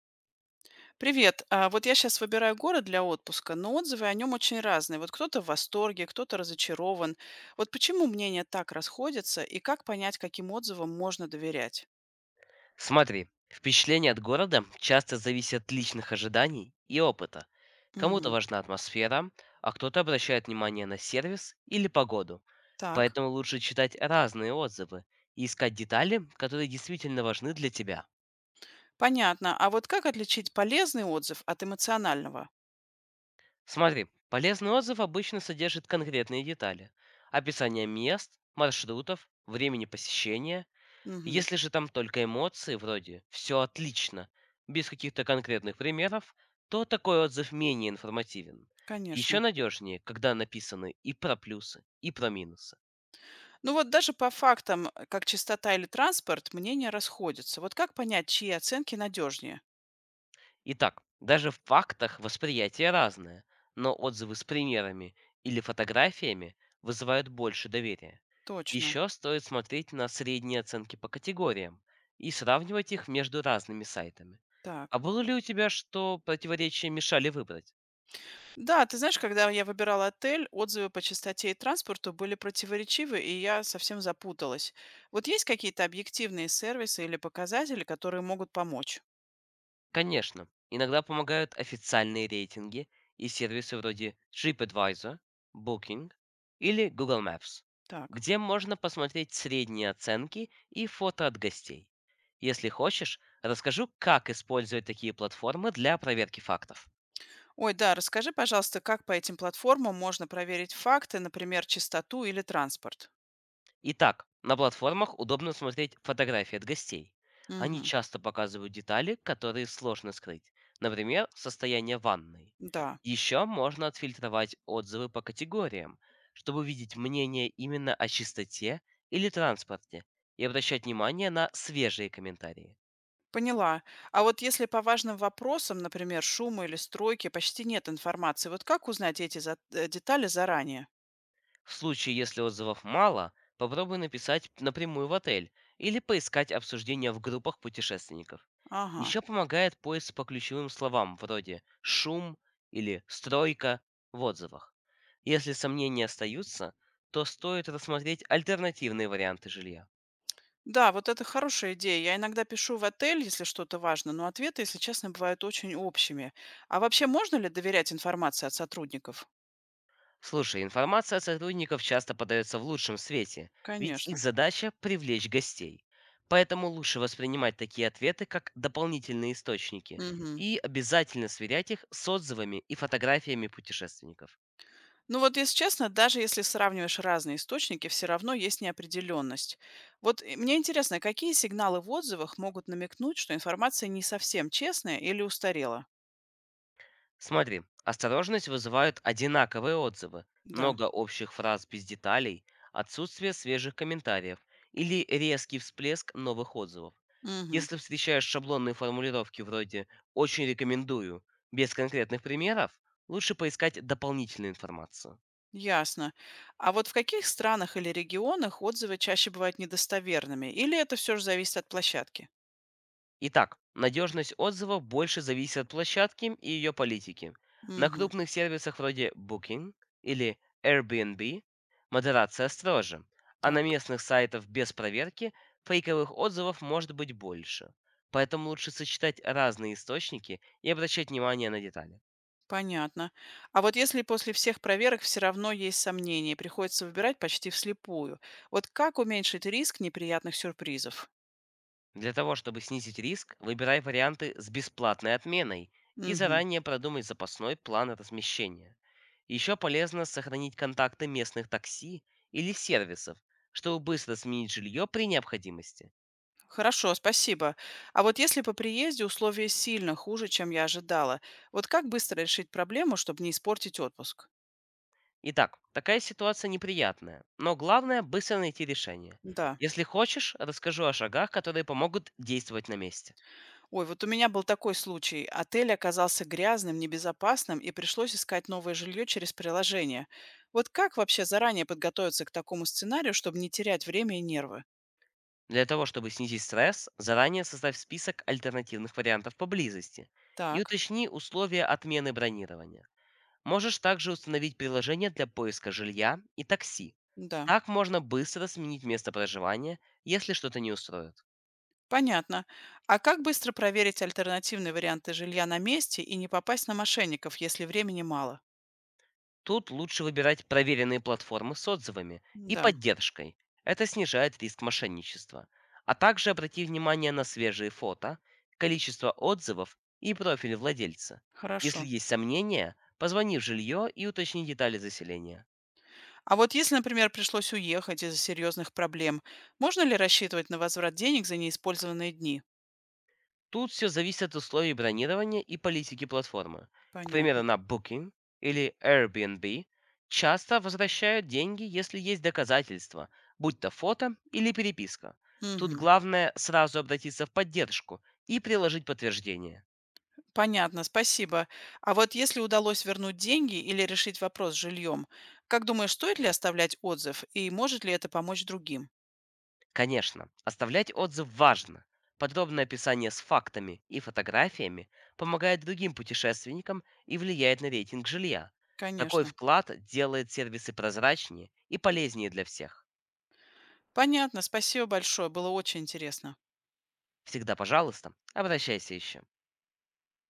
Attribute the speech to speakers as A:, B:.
A: Привет. Вот я сейчас выбираю город для отпуска, но отзывы о нем очень разные. Вот кто-то в восторге, кто-то разочарован. Вот почему мнения так расходятся и как понять, каким отзывам можно доверять?
B: Смотри, впечатление от города часто зависит от личных ожиданий и опыта. Кому-то
A: Мгм.
B: важна атмосфера, а кто-то обращает внимание на сервис или погоду.
A: Так,
B: Поэтому лучше читать разные отзывы и искать детали, которые действительно важны для тебя.
A: понятно. А вот как отличить полезный отзыв от эмоционального?
B: Смотри, полезный отзыв обычно содержит конкретные детали. Описание мест, маршрутов, времени посещения.
A: Мгм.
B: Если же там только эмоции вроде «все отлично», без каких-то конкретных примеров, то такой отзыв менее информативен. Еще
A: Конечно.
B: надежнее, когда написаны и про плюсы, и про минусы.
A: Ну вот даже по фактам, как чистота или транспорт, мнения расходятся. Вот как понять, чьи оценки надежнее?
B: Итак, даже в фактах восприятие разное, но отзывы с примерами или фотографиями вызывают больше доверия.
A: Точно.
B: Еще стоит смотреть на средние оценки по категориям и сравнивать их между разными сайтами. А
A: Так.
B: было ли у тебя, что противоречия мешали выбрать?
A: Да, ты знаешь, когда я выбирала отель, отзывы по чистоте и транспорту были противоречивы, и я совсем запуталась. Вот есть какие-то объективные сервисы или показатели, которые могут помочь?
B: Конечно, иногда помогают официальные рейтинги и сервисы вроде TripAdvisor, Booking или Google Maps,
A: Так.
B: где можно посмотреть средние оценки и фото от гостей. Если хочешь, расскажу, как использовать такие платформы для проверки фактов.
A: Ой, да, расскажи, пожалуйста, как по этим платформам можно проверить факты, например, чистоту или транспорт?
B: Итак, на платформах удобно смотреть фотографии от гостей. Они
A: Угу.
B: часто показывают детали, которые сложно скрыть, например, состояние ванной.
A: Да,
B: Еще можно отфильтровать отзывы по категориям, чтобы видеть мнение именно о чистоте или транспорте и обращать внимание на свежие комментарии.
A: поняла. А вот если по важным вопросам, например, шума или стройки, почти нет информации, вот как узнать эти детали заранее?
B: В случае, если отзывов мало, попробуй написать напрямую в отель или поискать обсуждения в группах путешественников.
A: Ага.
B: Еще помогает поиск по ключевым словам вроде «шум» или «стройка» в отзывах. Если сомнения остаются, то стоит рассмотреть альтернативные варианты жилья.
A: Да, вот это хорошая идея. Я иногда пишу в отель, если что-то важно, но ответы, если честно, бывают очень общими. А вообще можно ли доверять информации от сотрудников?
B: Слушай, информация от сотрудников часто подается в лучшем свете, ведь их
A: Конечно.
B: задача– привлечь гостей. Поэтому лучше воспринимать такие ответы как дополнительные источники
A: Мгм.
B: и обязательно сверять их с отзывами и фотографиями путешественников.
A: Ну вот, если честно, даже если сравниваешь разные источники, все равно есть неопределенность. Вот мне интересно, какие сигналы в отзывах могут намекнуть, что информация не совсем честная или устарела?
B: Смотри, осторожность вызывают одинаковые отзывы,
A: Да.
B: много общих фраз без деталей, отсутствие свежих комментариев или резкий всплеск новых отзывов.
A: Мгм.
B: Если встречаешь шаблонные формулировки вроде «очень рекомендую» без конкретных примеров, лучше поискать дополнительную информацию.
A: Ясно. А вот в каких странах или регионах отзывы чаще бывают недостоверными? Или это все же зависит от площадки?
B: Итак, надежность отзывов больше зависит от площадки и ее политики. На
A: Мгм.
B: крупных сервисах вроде Booking или Airbnb модерация строже, а на
A: Так,
B: местных сайтах без проверки фейковых отзывов может быть больше. Поэтому лучше сочетать разные источники и обращать внимание на детали.
A: понятно. А вот если после всех проверок все равно есть сомнения, приходится выбирать почти вслепую. Вот как уменьшить риск неприятных сюрпризов?
B: Для того, чтобы снизить риск, выбирай варианты с бесплатной отменой и
A: Мгм.
B: заранее продумай запасной план размещения. Еще полезно сохранить контакты местных такси или сервисов, чтобы быстро сменить жилье при необходимости.
A: Хорошо, спасибо. А вот если по приезде условия сильно хуже, чем я ожидала, вот как быстро решить проблему, чтобы не испортить отпуск?
B: Итак, такая ситуация неприятная, но главное– быстро найти решение.
A: Да.
B: Если хочешь, расскажу о шагах, которые помогут действовать на месте.
A: Ой, вот у меня был такой случай. Отель оказался грязным, небезопасным, и пришлось искать новое жилье через приложение. Вот как вообще заранее подготовиться к такому сценарию, чтобы не терять время и нервы?
B: Для того, чтобы снизить стресс, заранее составь список альтернативных вариантов поблизости и
A: Так,
B: уточни условия отмены бронирования. Можешь также установить приложение для поиска жилья и такси.
A: да,
B: Так можно быстро сменить место проживания, если что-то не устроит.
A: понятно. А как быстро проверить альтернативные варианты жилья на месте и не попасть на мошенников, если времени мало?
B: Тут лучше выбирать проверенные платформы с отзывами и
A: Да,
B: поддержкой. Это снижает риск мошенничества. А также обрати внимание на свежие фото, количество отзывов и профиль владельца. Если
A: хорошо.
B: есть сомнения, позвони в жилье и уточни детали заселения.
A: А вот если, например, пришлось уехать из-за серьезных проблем, можно ли рассчитывать на возврат денег за неиспользованные дни?
B: Тут все зависит от условий бронирования и политики платформы. К
A: Понятно.
B: примеру, на Booking или Airbnb часто возвращают деньги, если есть доказательства, будь то фото или переписка. Тут
A: Угу.
B: главное сразу обратиться в поддержку и приложить подтверждение.
A: Понятно, спасибо. А вот если удалось вернуть деньги или решить вопрос с жильем, как думаешь, стоит ли оставлять отзыв и может ли это помочь другим?
B: Конечно, оставлять отзыв важно. Подробное описание с фактами и фотографиями помогает другим путешественникам и влияет на рейтинг жилья. Такой
A: Конечно.
B: вклад делает сервисы прозрачнее и полезнее для всех.
A: Понятно, спасибо большое, было очень интересно.
B: Всегда, пожалуйста, обращайся еще.